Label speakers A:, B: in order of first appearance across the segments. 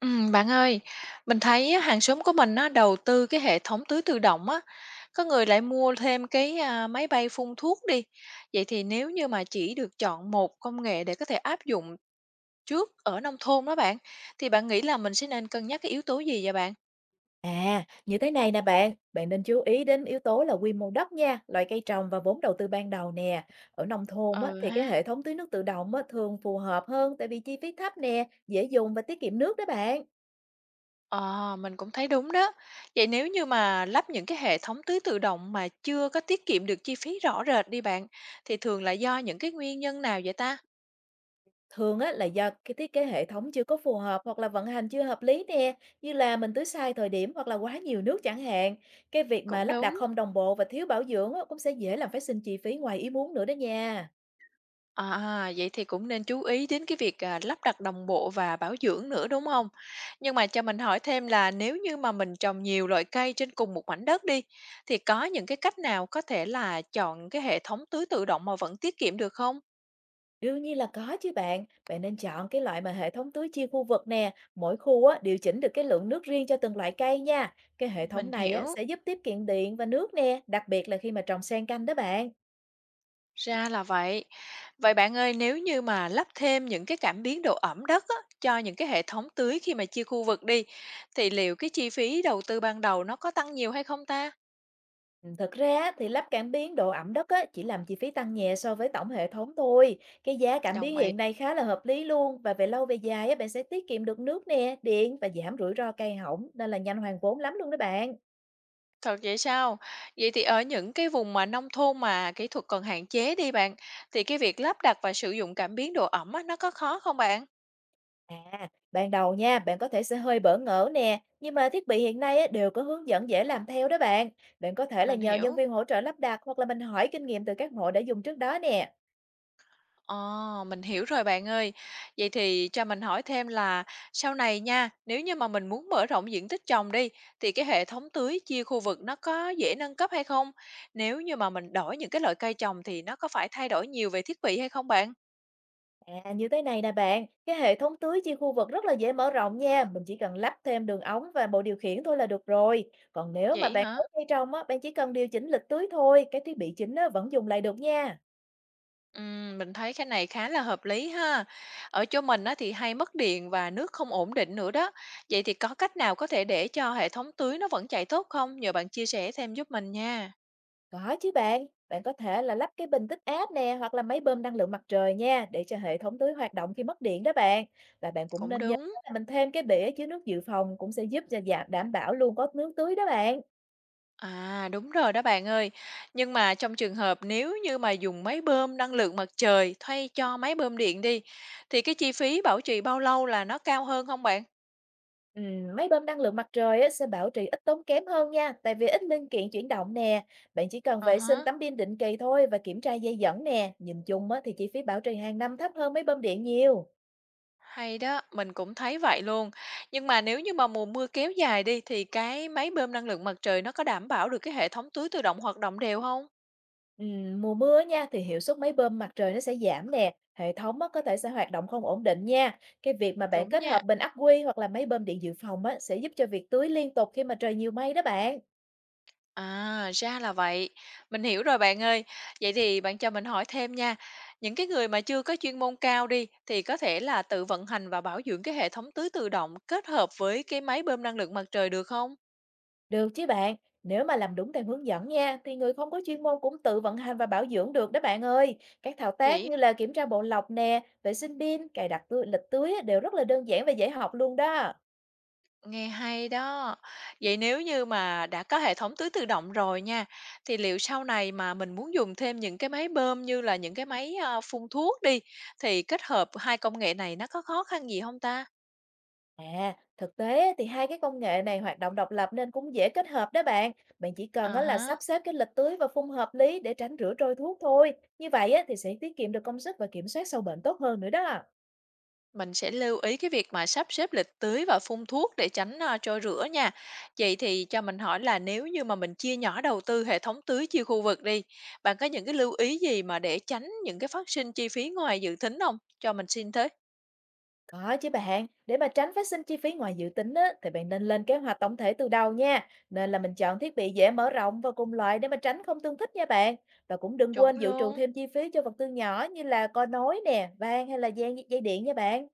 A: Bạn ơi, mình thấy á, hàng xóm của mình á, đầu tư cái hệ thống tưới tự động á, có người lại mua thêm cái à, máy bay phun thuốc đi. Vậy thì nếu như mà chỉ được chọn một công nghệ để có thể áp dụng trước ở nông thôn đó bạn, thì bạn nghĩ là mình sẽ nên cân nhắc cái yếu tố gì vậy bạn?
B: À, như thế này nè bạn, bạn nên chú ý đến yếu tố là quy mô đất nha, loại cây trồng và vốn đầu tư ban đầu nè. Ở nông thôn á,
A: Ừ
B: thì cái
A: ha.
B: hệ thống tưới nước tự động á, thường phù hợp hơn tại vì chi phí thấp nè, dễ dùng và tiết kiệm nước đó bạn.
A: Ờ, mình cũng thấy đúng đó. Vậy nếu như mà lắp những cái hệ thống tưới tự động mà chưa có tiết kiệm được chi phí rõ rệt đi bạn, thì thường là do những cái nguyên nhân nào vậy ta?
B: Thường á, là do cái thiết kế hệ thống chưa có phù hợp hoặc là vận hành chưa hợp lý nè, như là mình tưới sai thời điểm hoặc là quá nhiều nước chẳng hạn. Cái việc mà
A: Cũng
B: lắp đặt
A: đúng.
B: không đồng bộ và thiếu bảo dưỡng á, cũng sẽ dễ làm phát sinh chi phí ngoài ý muốn nữa đó nha.
A: À, vậy thì cũng nên chú ý đến cái việc, à, lắp đặt đồng bộ và bảo dưỡng nữa, đúng không? Nhưng mà cho mình hỏi thêm là nếu như mà mình trồng nhiều loại cây trên cùng một mảnh đất đi, thì có những cái cách nào có thể là chọn cái hệ thống tưới tự động mà vẫn tiết kiệm được không?
B: Đương nhiên là có chứ bạn. Bạn nên chọn cái loại mà hệ thống tưới chia khu vực nè. Mỗi khu á, điều chỉnh được cái lượng nước riêng cho từng loại cây nha. Cái hệ thống
A: Mình
B: này á,
A: hiểu,
B: sẽ giúp tiết kiệm điện và nước nè, đặc biệt là khi mà trồng xen canh đó bạn.
A: ra là vậy. Vậy bạn ơi, nếu như mà lắp thêm những cái cảm biến độ ẩm đất á, cho những cái hệ thống tưới khi mà chia khu vực đi, thì liệu cái chi phí đầu tư ban đầu nó có tăng nhiều hay không ta?
B: Ừ, thực ra á, thì lắp cảm biến độ ẩm đất á, chỉ làm chi phí tăng nhẹ so với tổng hệ thống thôi. Cái giá cảm biến
A: Đồng ý.
B: hiện nay khá là hợp lý luôn và về lâu về dài á, bạn sẽ tiết kiệm được nước nè, điện và giảm rủi ro cây hỏng nên là nhanh hoàn vốn lắm luôn đó bạn.
A: Thật vậy sao? Vậy thì ở những cái vùng mà nông thôn mà kỹ thuật còn hạn chế đi bạn, thì cái việc lắp đặt và sử dụng cảm biến độ ẩm á, nó có khó không bạn?
B: À, ban đầu nha, bạn có thể sẽ hơi bỡ ngỡ nè, nhưng mà thiết bị hiện nay á, đều có hướng dẫn dễ làm theo đó bạn. Bạn có thể là
A: Mình
B: nhờ nhân
A: hiểu.
B: viên hỗ trợ lắp đặt hoặc là mình hỏi kinh nghiệm từ các hộ đã dùng trước đó nè.
A: Ồ, mình hiểu rồi bạn ơi. Vậy thì cho mình hỏi thêm là sau này nha, nếu như mà mình muốn mở rộng diện tích trồng đi, thì cái hệ thống tưới chia khu vực nó có dễ nâng cấp hay không? Nếu như mà mình đổi những cái loại cây trồng thì nó có phải thay đổi nhiều về thiết bị hay không bạn?
B: À, như thế này nè bạn, cái hệ thống tưới chia khu vực rất là dễ mở rộng nha, mình chỉ cần lắp thêm đường ống và bộ điều khiển thôi là được rồi. Còn nếu mà
A: Vậy
B: bạn
A: hả?
B: ở cây trồng á, bạn chỉ cần điều chỉnh lịch tưới thôi, cái thiết bị chính á, vẫn dùng lại được nha.
A: Mình thấy cái này khá là hợp lý ha. Ở chỗ mình á thì hay mất điện và nước không ổn định nữa đó. Vậy thì có cách nào có thể để cho hệ thống tưới nó vẫn chạy tốt không? Nhờ bạn chia sẻ thêm giúp mình nha.
B: Có chứ bạn, bạn có thể là lắp cái bình tích áp nè hoặc là máy bơm năng lượng mặt trời nha để cho hệ thống tưới hoạt động khi mất điện đó bạn. Và bạn cũng
A: Cũng
B: nên nhớ
A: đúng.
B: là mình thêm cái bể chứa nước dự phòng cũng sẽ giúp cho giảm đảm bảo luôn có nước tưới đó bạn.
A: À đúng rồi đó bạn ơi. Nhưng mà trong trường hợp nếu như mà dùng máy bơm năng lượng mặt trời thay cho máy bơm điện đi thì cái chi phí bảo trì bao lâu là nó cao hơn không bạn?
B: Ừ, máy bơm năng lượng mặt trời á, sẽ bảo trì ít tốn kém hơn nha, tại vì ít linh kiện chuyển động nè. Bạn chỉ cần
A: Ờ
B: vệ sinh
A: hả.
B: tấm pin định kỳ thôi và kiểm tra dây dẫn nè. Nhìn chung á, thì chi phí bảo trì hàng năm thấp hơn máy bơm điện nhiều.
A: Hay đó, mình cũng thấy vậy luôn. Nhưng mà nếu như mà mùa mưa kéo dài đi thì cái máy bơm năng lượng mặt trời nó có đảm bảo được cái hệ thống tưới tự động hoạt động đều không?
B: Mùa mưa nha thì hiệu suất máy bơm mặt trời nó sẽ giảm nè, hệ thống á, có thể sẽ hoạt động không ổn định nha. Cái việc mà bạn
A: Đúng
B: kết hợp
A: nha.
B: bình ắc quy hoặc là máy bơm điện dự phòng á, sẽ giúp cho việc tưới liên tục khi mà trời nhiều mây đó bạn.
A: À, ra là vậy. Mình hiểu rồi bạn ơi. Vậy thì bạn cho mình hỏi thêm nha. Những cái người mà chưa có chuyên môn cao đi thì có thể là tự vận hành và bảo dưỡng cái hệ thống tưới tự động kết hợp với cái máy bơm năng lượng mặt trời được không?
B: Được chứ bạn, nếu mà làm đúng theo hướng dẫn nha, thì người không có chuyên môn cũng tự vận hành và bảo dưỡng được đó bạn ơi. Các thao tác
A: Vậy.
B: như là kiểm tra bộ lọc nè, vệ sinh pin, cài đặt tưới, lịch tưới á, đều rất là đơn giản và dễ học luôn đó.
A: Nghe hay đó. Vậy nếu như mà đã có hệ thống tưới tự động rồi nha, thì liệu sau này mà mình muốn dùng thêm những cái máy bơm như là những cái máy à, phun thuốc đi, thì kết hợp hai công nghệ này nó có khó khăn gì không ta?
B: À, thực tế á, thì hai cái công nghệ này hoạt động độc lập nên cũng dễ kết hợp đó bạn. Bạn chỉ cần
A: À
B: á là sắp
A: ha.
B: xếp cái lịch tưới và phun hợp lý để tránh rửa trôi thuốc thôi. Như vậy á thì sẽ tiết kiệm được công sức và kiểm soát sâu bệnh tốt hơn nữa đó.
A: Mình sẽ lưu ý cái việc mà sắp xếp lịch tưới và phun thuốc để tránh à, trôi rữa nha. Vậy thì cho mình hỏi là nếu như mà mình chia nhỏ đầu tư hệ thống tưới chia khu vực đi, bạn có những cái lưu ý gì mà để tránh những cái phát sinh chi phí ngoài dự tính không? Cho mình xin thế.
B: Có chứ bạn, để mà tránh phát sinh chi phí ngoài dự tính á, thì bạn nên lên kế hoạch tổng thể từ đầu nha. Nên là mình chọn thiết bị dễ mở rộng và cùng loại để mà tránh không tương thích nha bạn. Và cũng đừng quên
A: Chuẩn
B: dự trù
A: luôn.
B: thêm chi phí cho vật tư nhỏ như là co nối nè, van hay là dây, dây điện nha bạn.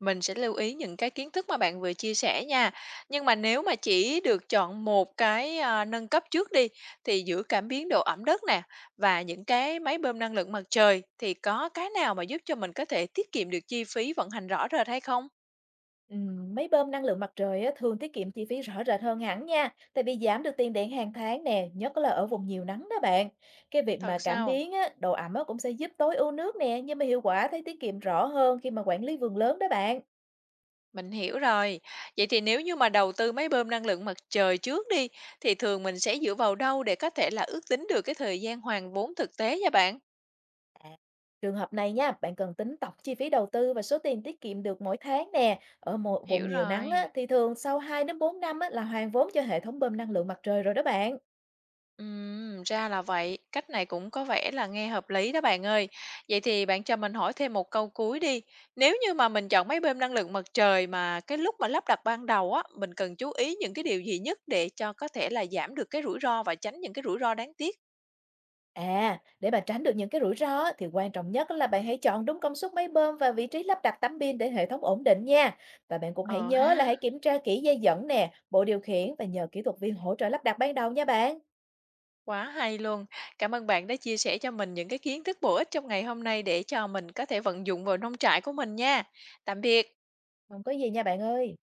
A: Mình sẽ lưu ý những cái kiến thức mà bạn vừa chia sẻ nha. Nhưng mà nếu mà chỉ được chọn một cái, à, nâng cấp trước đi, thì giữa cảm biến độ ẩm đất nè và những cái máy bơm năng lượng mặt trời thì có cái nào mà giúp cho mình có thể tiết kiệm được chi phí vận hành rõ rệt hay không?
B: Máy bơm năng lượng mặt trời á, thường tiết kiệm chi phí rõ rệt hơn hẳn nha, tại vì giảm được tiền điện hàng tháng nè, nhất là ở vùng nhiều nắng đó bạn. Cái việc mà
A: Thật
B: cảm
A: sao?
B: biến á, độ ẩm á, cũng sẽ giúp tối ưu nước nè, nhưng mà hiệu quả thấy tiết kiệm rõ hơn khi mà quản lý vườn lớn đó bạn.
A: Mình hiểu rồi. Vậy thì nếu như mà đầu tư máy bơm năng lượng mặt trời trước đi, thì thường mình sẽ dựa vào đâu để có thể là ước tính được cái thời gian hoàn vốn thực tế nha bạn?
B: À, trường hợp này nha, bạn cần tính tổng chi phí đầu tư và số tiền tiết kiệm được mỗi tháng nè. Ở một vùng
A: Hiểu
B: nhiều nắng á,
A: rồi.
B: thì thường sau 2 đến 4 năm á, là hoàn vốn cho hệ thống bơm năng lượng mặt trời rồi đó bạn.
A: Ra là vậy, cách này cũng có vẻ là nghe hợp lý đó bạn ơi. Vậy thì bạn cho mình hỏi thêm một câu cuối đi. Nếu như mà mình chọn máy bơm năng lượng mặt trời mà cái lúc mà lắp đặt ban đầu á, mình cần chú ý những cái điều gì nhất để cho có thể là giảm được cái rủi ro và tránh những cái rủi ro đáng tiếc?
B: À, để mà tránh được những cái rủi ro á, thì quan trọng nhất là bạn hãy chọn đúng công suất máy bơm và vị trí lắp đặt tấm pin để hệ thống ổn định nha. Và bạn cũng hãy
A: Ờ
B: nhớ là
A: ha,
B: hãy kiểm tra kỹ dây dẫn nè, bộ điều khiển và nhờ kỹ thuật viên hỗ trợ lắp đặt ban đầu nha bạn.
A: quá hay luôn. Cảm ơn bạn đã chia sẻ cho mình những cái kiến thức bổ ích trong ngày hôm nay để cho mình có thể vận dụng vào nông trại của mình nha. Tạm biệt.
B: Không có gì nha bạn ơi.